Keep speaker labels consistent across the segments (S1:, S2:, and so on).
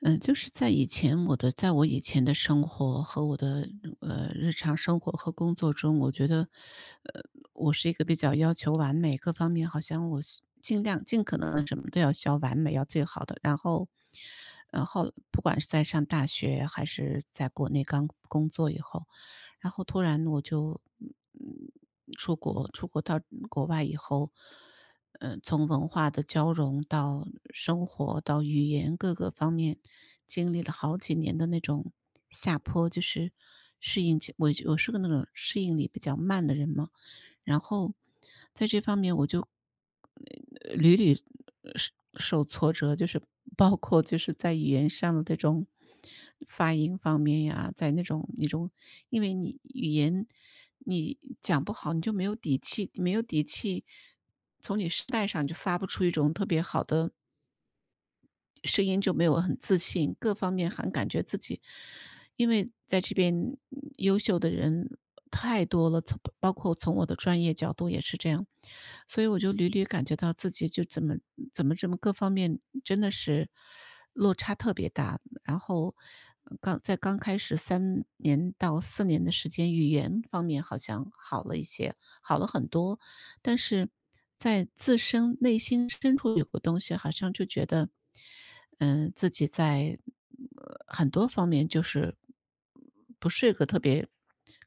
S1: 嗯，就是在以前我的在我以前的生活和我的，日常生活和工作中，我觉得，呃，我是一个比较要求完美，各方面好像我是尽量尽可能什么都要需要完美，要最好的。然后不管是在上大学还是在国内刚工作以后，然后突然我就嗯出国，出国到国外以后，从文化的交融到生活到语言各个方面，经历了好几年的那种下坡，就是适应期。我是个那种适应力比较慢的人嘛，然后在这方面我就屡屡受受挫折，就是 包括就是在语言上的这种发音方面呀，在那种因为你语言你讲不好，你就没有底气，没有底气，从你声带上就发不出一种特别好的声音，就没有很自信，各方面还感觉自己，因为在这边优秀的人太多了，从包括从我的专业角度也是这样，所以我就屡屡感觉到自己就怎么这么各方面真的是落差特别大，然后刚开始3年到4年的时间，语言方面好像好了一些，好了很多。但是在自身内心深处有个东西，好像就觉得，嗯，自己在，很多方面就是不是个特别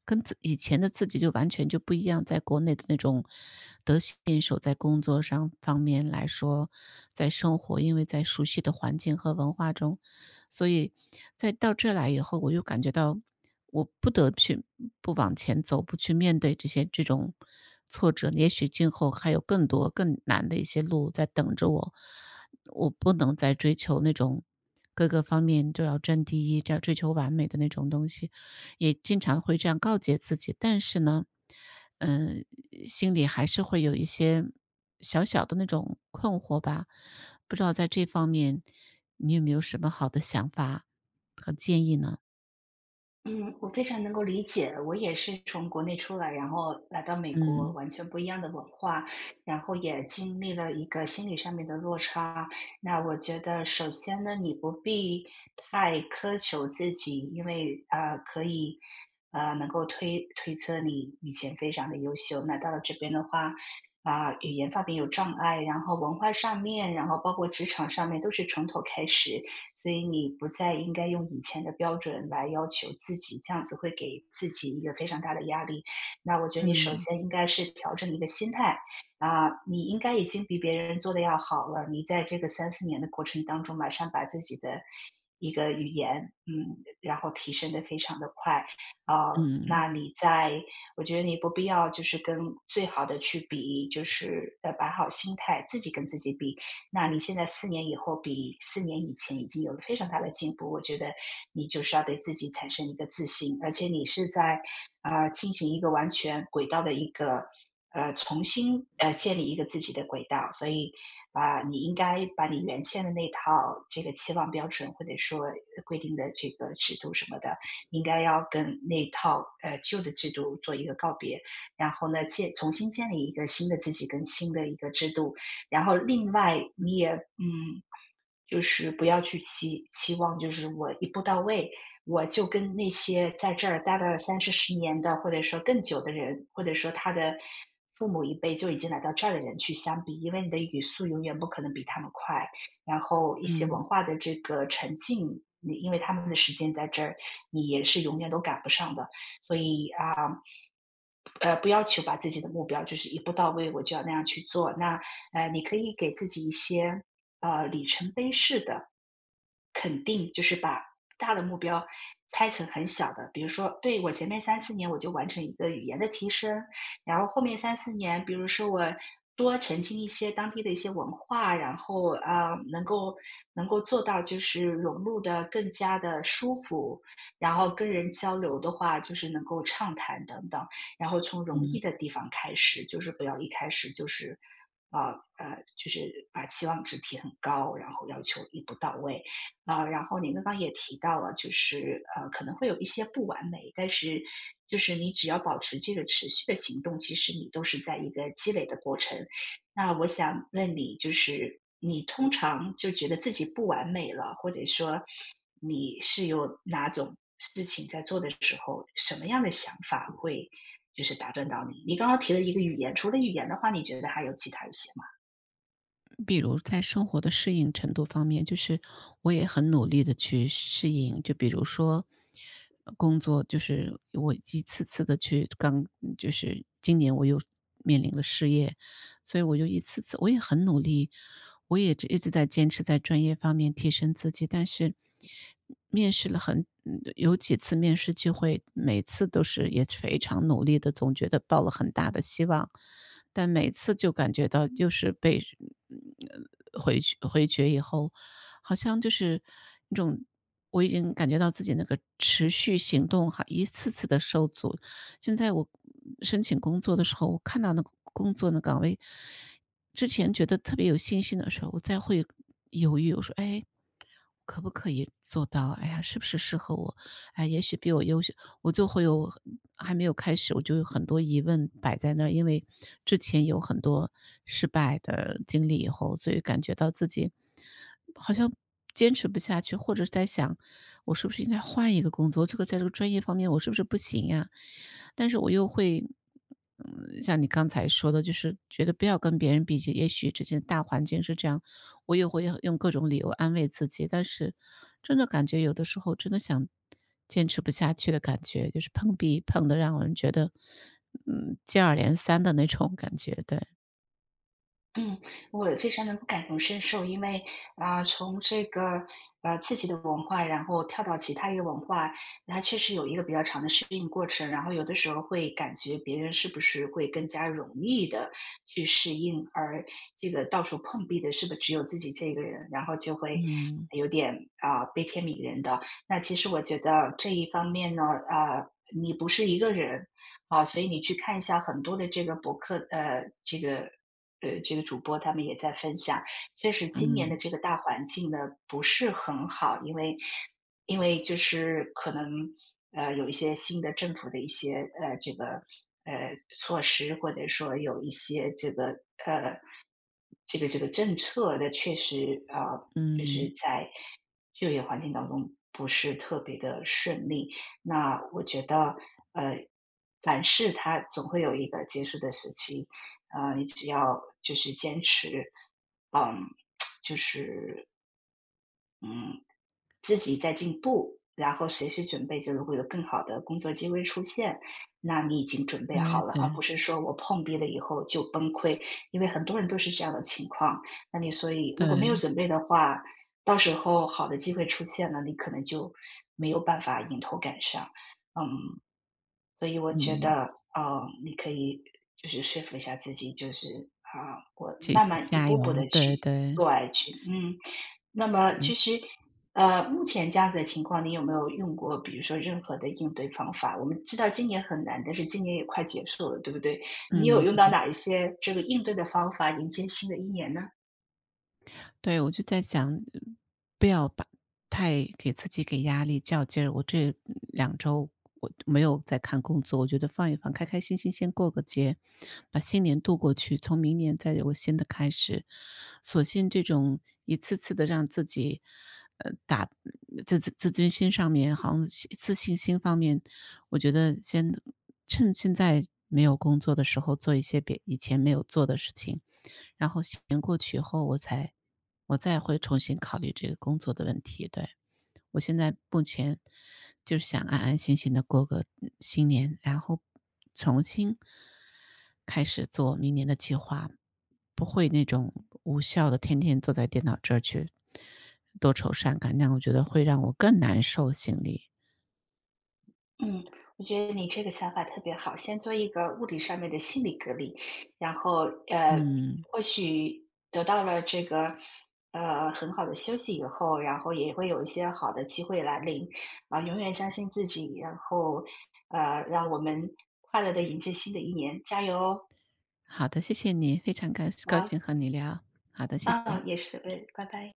S1: 跟自以前的自己就完全就不一样，在国内的那种得心应手，在工作上方面来说，在生活，因为在熟悉的环境和文化中，所以在到这来以后，我又感觉到我不得去不往前走，不去面对这种挫折，也许今后还有更多更难的一些路在等着我。我不能再追求那种各个方面都要占第一，这样追求完美的那种东西，也经常会这样告诫自己。但是呢，嗯、心里还是会有一些小小的那种困惑吧。不知道在这方面你有没有什么好的想法和建议呢？
S2: 嗯，我非常能够理解，我也是从国内出来，然后来到美国，完全不一样的文化，然后也经历了一个心理上面的落差。那我觉得，首先呢，你不必太苛求自己，因为可以能够推测你以前非常的优秀，那到了这边的话，语言方面有障碍，然后文化上面，然后包括职场上面，都是从头开始。所以你不再应该用以前的标准来要求自己，这样子会给自己一个非常大的压力。那我觉得你首
S1: 嗯
S2: 先应该是调整一个心态。你应该已经比别人做的要好了。你在这个三四年的过程当中，马上把自己的一个语言，然后提升的非常的快。啊、
S1: 嗯嗯嗯。
S2: 那你在，我觉得你不必要就是跟最好的去比，就是摆好心态，自己跟自己比，那你现在四年以后比四年以前已经有了非常大的进步，我觉得你就是要对自己产生一个自信，而且你是在进行一个完全轨道的一个重新建立一个自己的轨道，所以你应该把你原先的那套这个期望标准或者说规定的这个制度什么的，应该要跟那套旧的制度做一个告别，然后呢重新建立一个新的自己跟新的一个制度，然后另外你也就是不要去期望，就是我一步到位，我就跟那些在这儿待了三四十年的，或者说更久的人，或者说他的父母一辈就已经来到这儿的人去相比，因为你的语速永远不可能比他们快，然后一些文
S1: 嗯
S2: 化的这个沉浸。因为他们的时间在这儿，你也是永远都赶不上的。不要求把自己的目标就是一步到位，我就要那样去做。那你可以给自己一些里程碑式的肯定，就是把大的目标拆成很小的，比如说，对我前面三四年我就完成一个语言的提升，然后后面三四年，比如说我多澄清一些当地的一些文化，然后能够能够做到就是融入的更加的舒服，然后跟人交流的话就是能够畅谈等等，然后从容易
S1: 嗯
S2: 的地方开始，就是不要一开始就是。啊就是把期望值提很高，然后要求一步到位，然后您刚刚也提到了，就是可能会有一些不完美，但是就是你只要保持这个持续的行动，其实你都是在一个积累的过程。那我想问你，就是你通常就觉得自己不完美了，或者说你是有哪种事情在做的时候，什么样的想法会就是打断到你？你刚刚提了一个语言，除了语言的话，你觉得还有其他一些吗？
S1: 比如在生活的适应程度方面，就是我也很努力的去适应。就比如说，工作就是我一次次的去就是今年我又面临了失业，所以我就一次次我也很努力，我也一直在坚持在专业方面提升自己，但是面试了有几次面试机会，每次都是也非常努力的，总觉得抱了很大的希望，但每次就感觉到又是被嗯回去回绝以后，好像就是一种我已经感觉到自己那个持续行动哈，一次次的受阻，现在我申请工作的时候，我看到那个工作那岗位，之前觉得特别有信心的时候，我再会犹豫，我说：“哎，可不可以做到？哎呀，是不是适合我？哎，也许比我优秀。”我就会有还没有开始，我就有很多疑问摆在那儿，因为之前有很多失败的经历以后，所以感觉到自己好像坚持不下去，或者是在想，我是不是应该换一个工作？这个在这个专业方面我是不是不行呀？但是我又会，嗯，像你刚才说的，就是觉得不要跟别人比较，也许这件大环境是这样，我也会用各种理由安慰自己，但是真的感觉有的时候真的想坚持不下去的感觉，就是碰壁碰得让人觉得，嗯，接二连三的那种感觉，对，
S2: 嗯，我非常能够感同身受，因为，从这个，自己的文化，然后跳到其他一个文化，它确实有一个比较长的适应过程，然后有的时候会感觉别人是不是会更加容易的去适应，而这个到处碰壁的是不是只有自己这个人，然后就会
S1: 嗯
S2: 有点，悲天悯人的。那其实我觉得这一方面呢，啊，你不是一个人，啊，所以你去看一下很多的这个博客这个这个主播他们也在分享，确实今年的
S1: 嗯
S2: 这个大环境呢不是很好，因为就是可能有一些新的政府的一些呃这个措施，或者说有一些这个呃这个政策的，确实就
S1: 嗯，
S2: 是在就业环境当中不是特别的顺利。那我觉得呃，凡事它总会有一个结束的时期，啊，你只要就是坚持，嗯，就是自己在进步，然后随时准备着，如果有更好的工作机会出现，那你已经准备好
S1: 对
S2: 了，而
S1: 对
S2: 不是说我碰壁了以后就崩溃，因为很多人都是这样的情况。那你所以如果没有
S1: 对，
S2: 准备的话，到时候好的机会出现了，你可能就没有办法迎头赶上。嗯，所以我觉得，
S1: 嗯。
S2: 嗯你可以就是说服一下自己，就是啊，我
S1: 继
S2: 慢
S1: 续
S2: 慢一
S1: 加
S2: 步步
S1: 油，
S2: 的
S1: 对
S2: 去
S1: 对，
S2: 做下去。嗯，那么其实，目前这样子的情况，你有没有用过，比如说任何的应对方法？我们知道今年很难，但是今年也快结束了，对不对？你有
S1: 嗯。
S2: 用到哪一些这个应对的方法迎接新的一年呢？
S1: 对，我就在想，不要把太给自己给压力、较劲儿。我这两周我没有在看工作，我觉得放一放，开开心心先过个节，把新年度过去，从明年再有个新的开始。索性这种一次次的让自己，呃，打自尊心上面，好像自信心方面，我觉得先趁现在没有工作的时候，做一些别以前没有做的事情，然后新年过去以后，我再会重新考虑这个工作的问题。对，我现在目前就是想安安心心的过个新年，然后重新开始做明年的计划，不会那种无效的天天坐在电脑这儿去多愁善感，那样我觉得会让我更难受心里。
S2: 嗯，我觉得你这个想法特别好，先做一个物理上面的心理隔离，然后呃，
S1: 嗯，
S2: 或许得到了这个很好的休息以后，然后也会有一些好的机会来临，永远相信自己，然后让我们快乐的迎接新的一年，加油！哦！
S1: 好的，谢谢你，非常高
S2: 啊
S1: 兴和你聊。好的，谢
S2: 啊，
S1: 谢。
S2: 也是，对，拜拜。